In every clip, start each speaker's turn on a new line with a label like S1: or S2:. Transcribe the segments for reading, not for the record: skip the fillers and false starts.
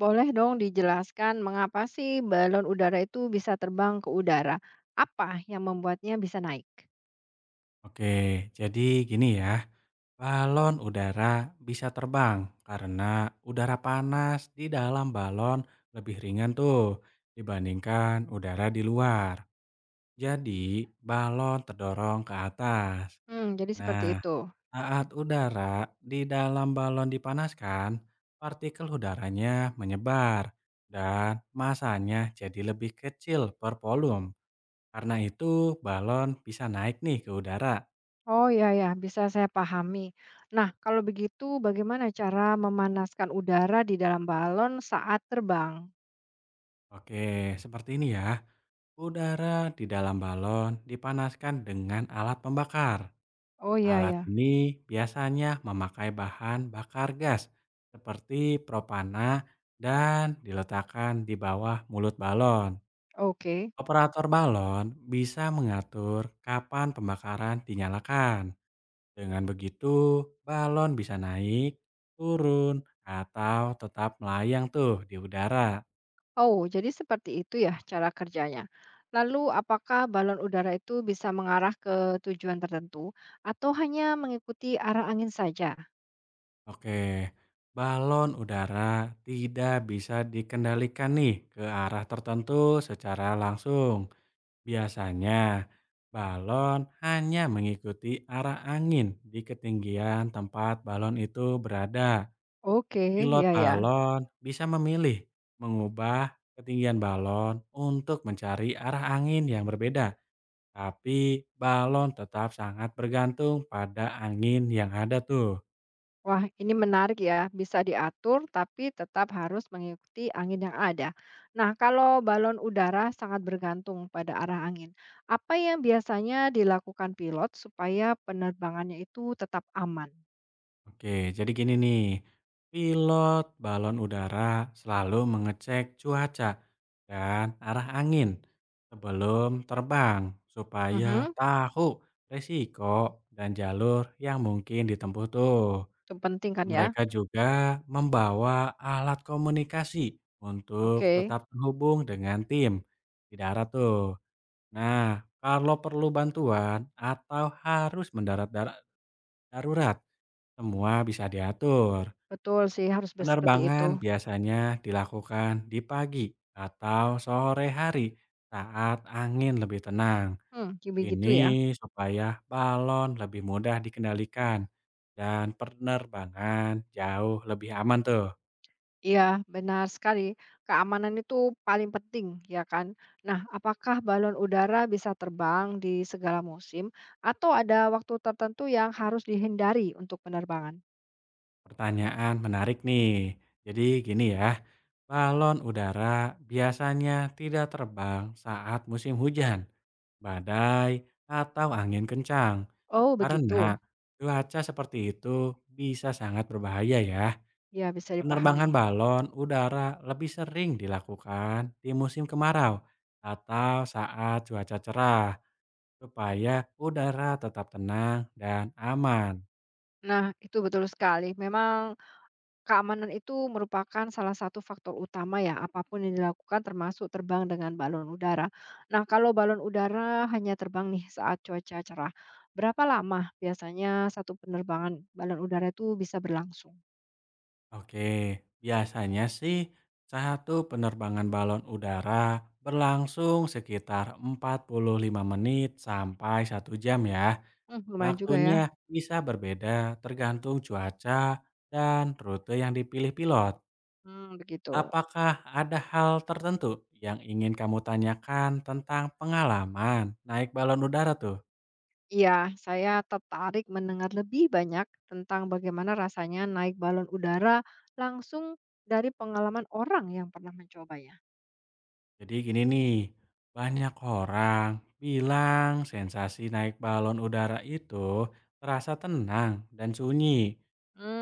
S1: Boleh dong dijelaskan mengapa sih balon udara itu bisa terbang ke udara? Apa yang membuatnya bisa naik?
S2: Oke, jadi gini ya, balon udara bisa terbang karena udara panas di dalam balon lebih ringan tuh dibandingkan udara di luar. Jadi, balon terdorong ke atas.
S1: Hmm, jadi seperti
S2: Nah,
S1: itu.
S2: saat udara di dalam balon dipanaskan, partikel udaranya menyebar dan masanya jadi lebih kecil per volume. Karena itu, balon bisa naik nih ke udara.
S1: Oh ya ya, bisa saya pahami. Nah, kalau begitu bagaimana cara memanaskan udara di dalam balon saat terbang?
S2: Oke, seperti ini ya. Udara di dalam balon dipanaskan dengan alat pembakar.
S1: Oh ya
S2: Alat
S1: ya.
S2: ini biasanya memakai bahan bakar gas seperti propana dan diletakkan di bawah mulut balon.
S1: Oke.
S2: Operator balon bisa mengatur kapan pembakaran dinyalakan. Dengan begitu, balon bisa naik, turun, atau tetap melayang tuh di udara.
S1: Oh, jadi seperti itu ya cara kerjanya. Lalu apakah balon udara itu bisa mengarah ke tujuan tertentu atau hanya mengikuti arah angin saja?
S2: Oke, balon udara tidak bisa dikendalikan nih ke arah tertentu secara langsung. Biasanya, balon hanya mengikuti arah angin di ketinggian tempat balon itu berada.
S1: Oke,
S2: Pilot
S1: ya ya.
S2: balon bisa memilih mengubah ketinggian balon untuk mencari arah angin yang berbeda, tapi balon tetap sangat bergantung pada angin yang ada tuh.
S1: Wah, ini menarik ya. Bisa diatur, tapi tetap harus mengikuti angin yang ada. Nah, kalau balon udara sangat bergantung pada arah angin, apa yang biasanya dilakukan pilot supaya penerbangannya itu tetap aman?
S2: Oke, jadi gini nih, pilot balon udara selalu mengecek cuaca dan arah angin sebelum terbang supaya
S1: Mhm.
S2: tahu resiko dan jalur yang mungkin ditempuh tuh.
S1: Itu penting kan ya?
S2: Mereka juga membawa alat komunikasi untuk
S1: Oke,
S2: tetap terhubung dengan tim di darat tuh. Nah, kalau perlu bantuan atau harus mendarat darurat, semua bisa diatur.
S1: betul sih harus seperti itu.
S2: Penerbangan biasanya dilakukan di pagi atau sore hari saat angin lebih tenang.
S1: Hmm, kayak begitu ya.
S2: Ini supaya balon lebih mudah dikendalikan dan penerbangan jauh lebih aman tuh.
S1: Iya, benar sekali. Keamanan itu paling penting, ya kan? Nah, apakah balon udara bisa terbang di segala musim, atau ada waktu tertentu yang harus dihindari untuk penerbangan?
S2: Pertanyaan menarik nih. Jadi gini ya, balon udara biasanya tidak terbang saat musim hujan, badai, atau angin kencang.
S1: Oh,
S2: Karena
S1: begitu.
S2: cuaca seperti itu bisa sangat berbahaya ya.
S1: Ya, bisa dipahami.
S2: Penerbangan balon udara lebih sering dilakukan di musim kemarau atau saat cuaca cerah supaya udara tetap tenang dan aman.
S1: Nah, itu betul sekali. Memang keamanan itu merupakan salah satu faktor utama ya, apapun yang dilakukan termasuk terbang dengan balon udara. Nah, kalau balon udara hanya terbang nih saat cuaca cerah, berapa lama biasanya satu penerbangan balon udara itu bisa berlangsung?
S2: Oke, biasanya sih satu penerbangan balon udara berlangsung sekitar 45 menit sampai 1 jam ya.
S1: Hmm, lumayan juga
S2: Waktunya
S1: ya.
S2: bisa berbeda tergantung cuaca dan rute yang dipilih pilot.
S1: Hmm, begitu.
S2: Apakah ada hal tertentu yang ingin kamu tanyakan tentang pengalaman naik balon udara tuh?
S1: Iya, saya tertarik mendengar lebih banyak tentang bagaimana rasanya naik balon udara langsung dari pengalaman orang yang pernah mencobanya.
S2: Jadi gini nih, banyak orang bilang sensasi naik balon udara itu terasa tenang dan sunyi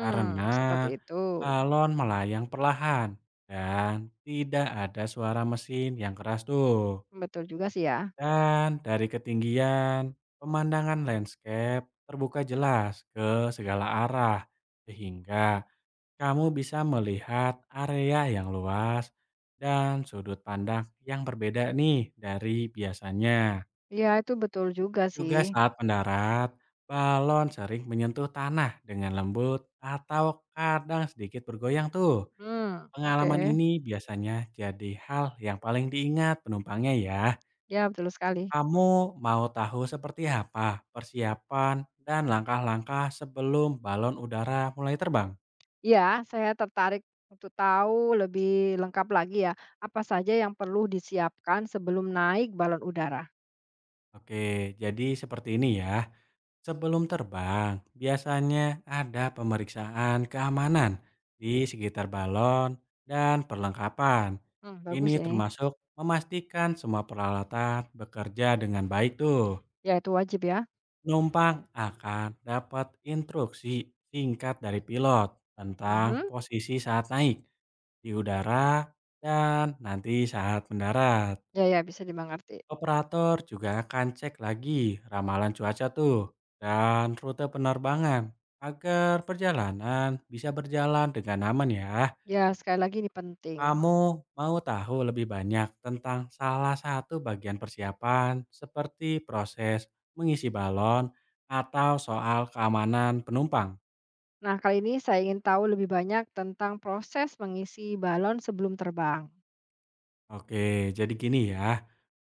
S2: karena
S1: seperti itu.
S2: balon melayang perlahan dan tidak ada suara mesin yang keras tuh.
S1: Betul juga sih ya.
S2: Dan dari ketinggian, pemandangan landscape terbuka jelas ke segala arah, sehingga kamu bisa melihat area yang luas dan sudut pandang yang berbeda nih dari biasanya.
S1: Iya, itu betul juga sih.
S2: Juga saat mendarat, balon sering menyentuh tanah dengan lembut atau kadang sedikit bergoyang tuh.
S1: Mmm, oke.
S2: Pengalaman ini biasanya jadi hal yang paling diingat penumpangnya ya.
S1: Ya betul sekali.
S2: Kamu mau tahu seperti apa persiapan dan langkah-langkah sebelum balon udara mulai terbang?
S1: Iya, saya tertarik untuk tahu lebih lengkap lagi ya, apa saja yang perlu disiapkan sebelum naik balon udara.
S2: Oke, jadi seperti ini ya. Sebelum terbang, biasanya ada pemeriksaan keamanan di sekitar balon dan perlengkapan.
S1: Mmm, bagus
S2: Ini
S1: ini.
S2: termasuk memastikan semua peralatan bekerja dengan baik tuh.
S1: Ya, itu wajib ya.
S2: Penumpang akan dapat instruksi singkat dari pilot tentang
S1: Mhm.
S2: posisi saat naik di udara, dan nanti saat mendarat.
S1: Ya ya, bisa dimengerti.
S2: Operator juga akan cek lagi ramalan cuaca tuh dan rute penerbangan agar perjalanan bisa berjalan dengan aman ya.
S1: Ya, sekali lagi ini penting.
S2: Kamu mau tahu lebih banyak tentang salah satu bagian persiapan seperti proses mengisi balon atau soal keamanan penumpang?
S1: Nah, kali ini saya ingin tahu lebih banyak tentang proses mengisi balon sebelum terbang.
S2: Oke, jadi gini ya.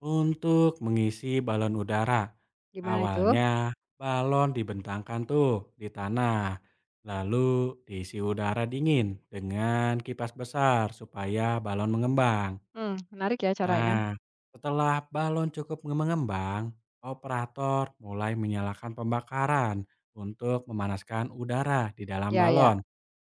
S2: Untuk mengisi balon udara,
S1: Gimana itu?
S2: awalnya balon dibentangkan tuh di tanah, lalu diisi udara dingin dengan kipas besar supaya balon mengembang.
S1: Mmm, menarik ya caranya.
S2: Nah, setelah balon cukup mengembang, operator mulai menyalakan pembakaran untuk memanaskan udara di dalam
S1: Ya ya.
S2: balon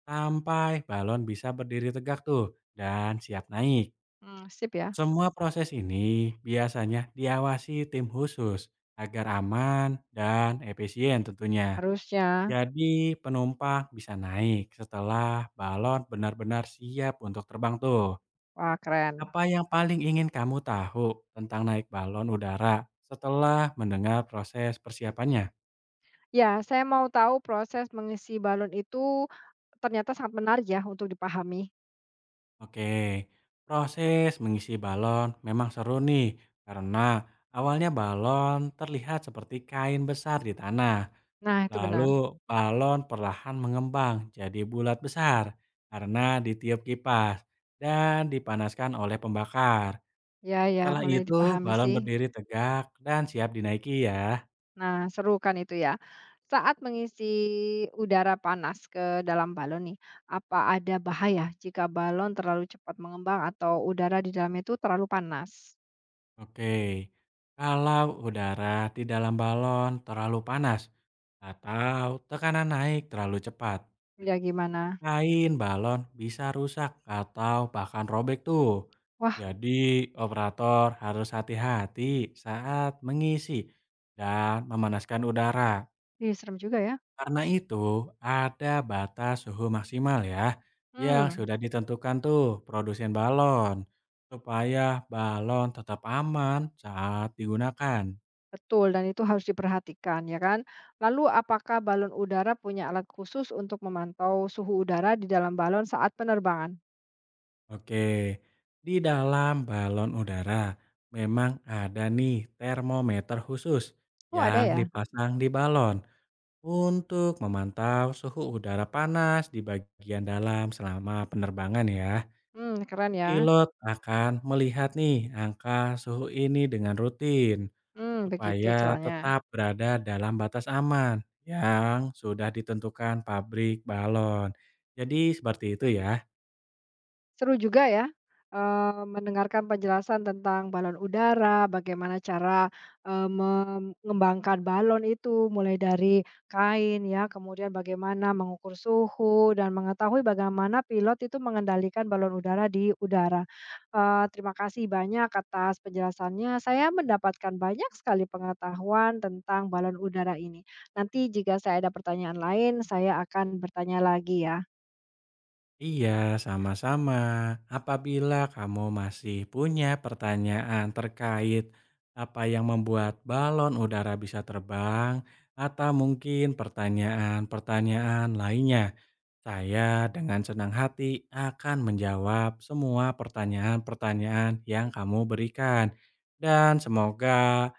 S2: sampai balon bisa berdiri tegak tuh dan siap naik.
S1: Mmm, sip ya.
S2: Semua proses ini biasanya diawasi tim khusus agar aman dan efisien tentunya.
S1: Harusnya.
S2: Jadi penumpang bisa naik setelah balon benar-benar siap untuk terbang tuh.
S1: Wah, keren.
S2: Apa yang paling ingin kamu tahu tentang naik balon udara setelah mendengar proses persiapannya?
S1: Ya, saya mau tahu proses mengisi balon itu ternyata sangat menarik ya untuk dipahami.
S2: Oke, proses mengisi balon memang seru nih karena awalnya balon terlihat seperti kain besar di tanah.
S1: Nah, itu
S2: Lalu
S1: benar.
S2: balon perlahan mengembang jadi bulat besar karena ditiup kipas dan dipanaskan oleh pembakar.
S1: Ya ya,
S2: Setelah
S1: mulai
S2: itu
S1: dipahami
S2: balon
S1: sih.
S2: berdiri tegak dan siap dinaiki ya.
S1: Nah, seru kan itu ya. Saat mengisi udara panas ke dalam balon nih, apa ada bahaya jika balon terlalu cepat mengembang atau udara di dalamnya itu terlalu panas?
S2: Oke, kalau udara di dalam balon terlalu panas atau tekanan naik terlalu cepat,
S1: Ya gimana?
S2: kain, balon bisa rusak atau bahkan robek tuh.
S1: Wah,
S2: Jadi, operator harus hati-hati saat mengisi dan memanaskan udara.
S1: ini serem juga ya.
S2: Karena itu, ada batas suhu maksimal ya yang
S1: Hmm.
S2: sudah ditentukan tuh produsen balon supaya balon tetap aman saat digunakan.
S1: Betul, dan itu harus diperhatikan, ya kan? Lalu, apakah balon udara punya alat khusus untuk memantau suhu udara di dalam balon saat penerbangan?
S2: Oke, di dalam balon udara memang ada nih termometer khusus
S1: Oh, ada
S2: yang
S1: ya?
S2: dipasang di balon untuk memantau suhu udara panas di bagian dalam selama penerbangan ya.
S1: Hmm, keren ya.
S2: Pilot akan melihat nih angka suhu ini dengan rutin
S1: Hmm, begitu
S2: supaya
S1: caranya.
S2: tetap berada dalam batas aman yang sudah ditentukan pabrik balon. Jadi seperti itu ya.
S1: Seru juga ya, mendengarkan penjelasan tentang balon udara, bagaimana cara, mengembangkan balon itu, mulai dari kain ya, kemudian bagaimana mengukur suhu dan mengetahui bagaimana pilot itu mengendalikan balon udara di udara. Terima kasih banyak atas penjelasannya, saya mendapatkan banyak sekali pengetahuan tentang balon udara ini. Nanti jika saya ada pertanyaan lain, saya akan bertanya lagi ya.
S2: Iya, sama-sama. Apabila kamu masih punya pertanyaan terkait apa yang membuat balon udara bisa terbang, atau mungkin pertanyaan-pertanyaan lainnya, saya dengan senang hati akan menjawab semua pertanyaan-pertanyaan yang kamu berikan. Dan semoga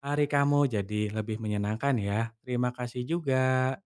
S2: hari kamu jadi lebih menyenangkan ya. Terima kasih juga.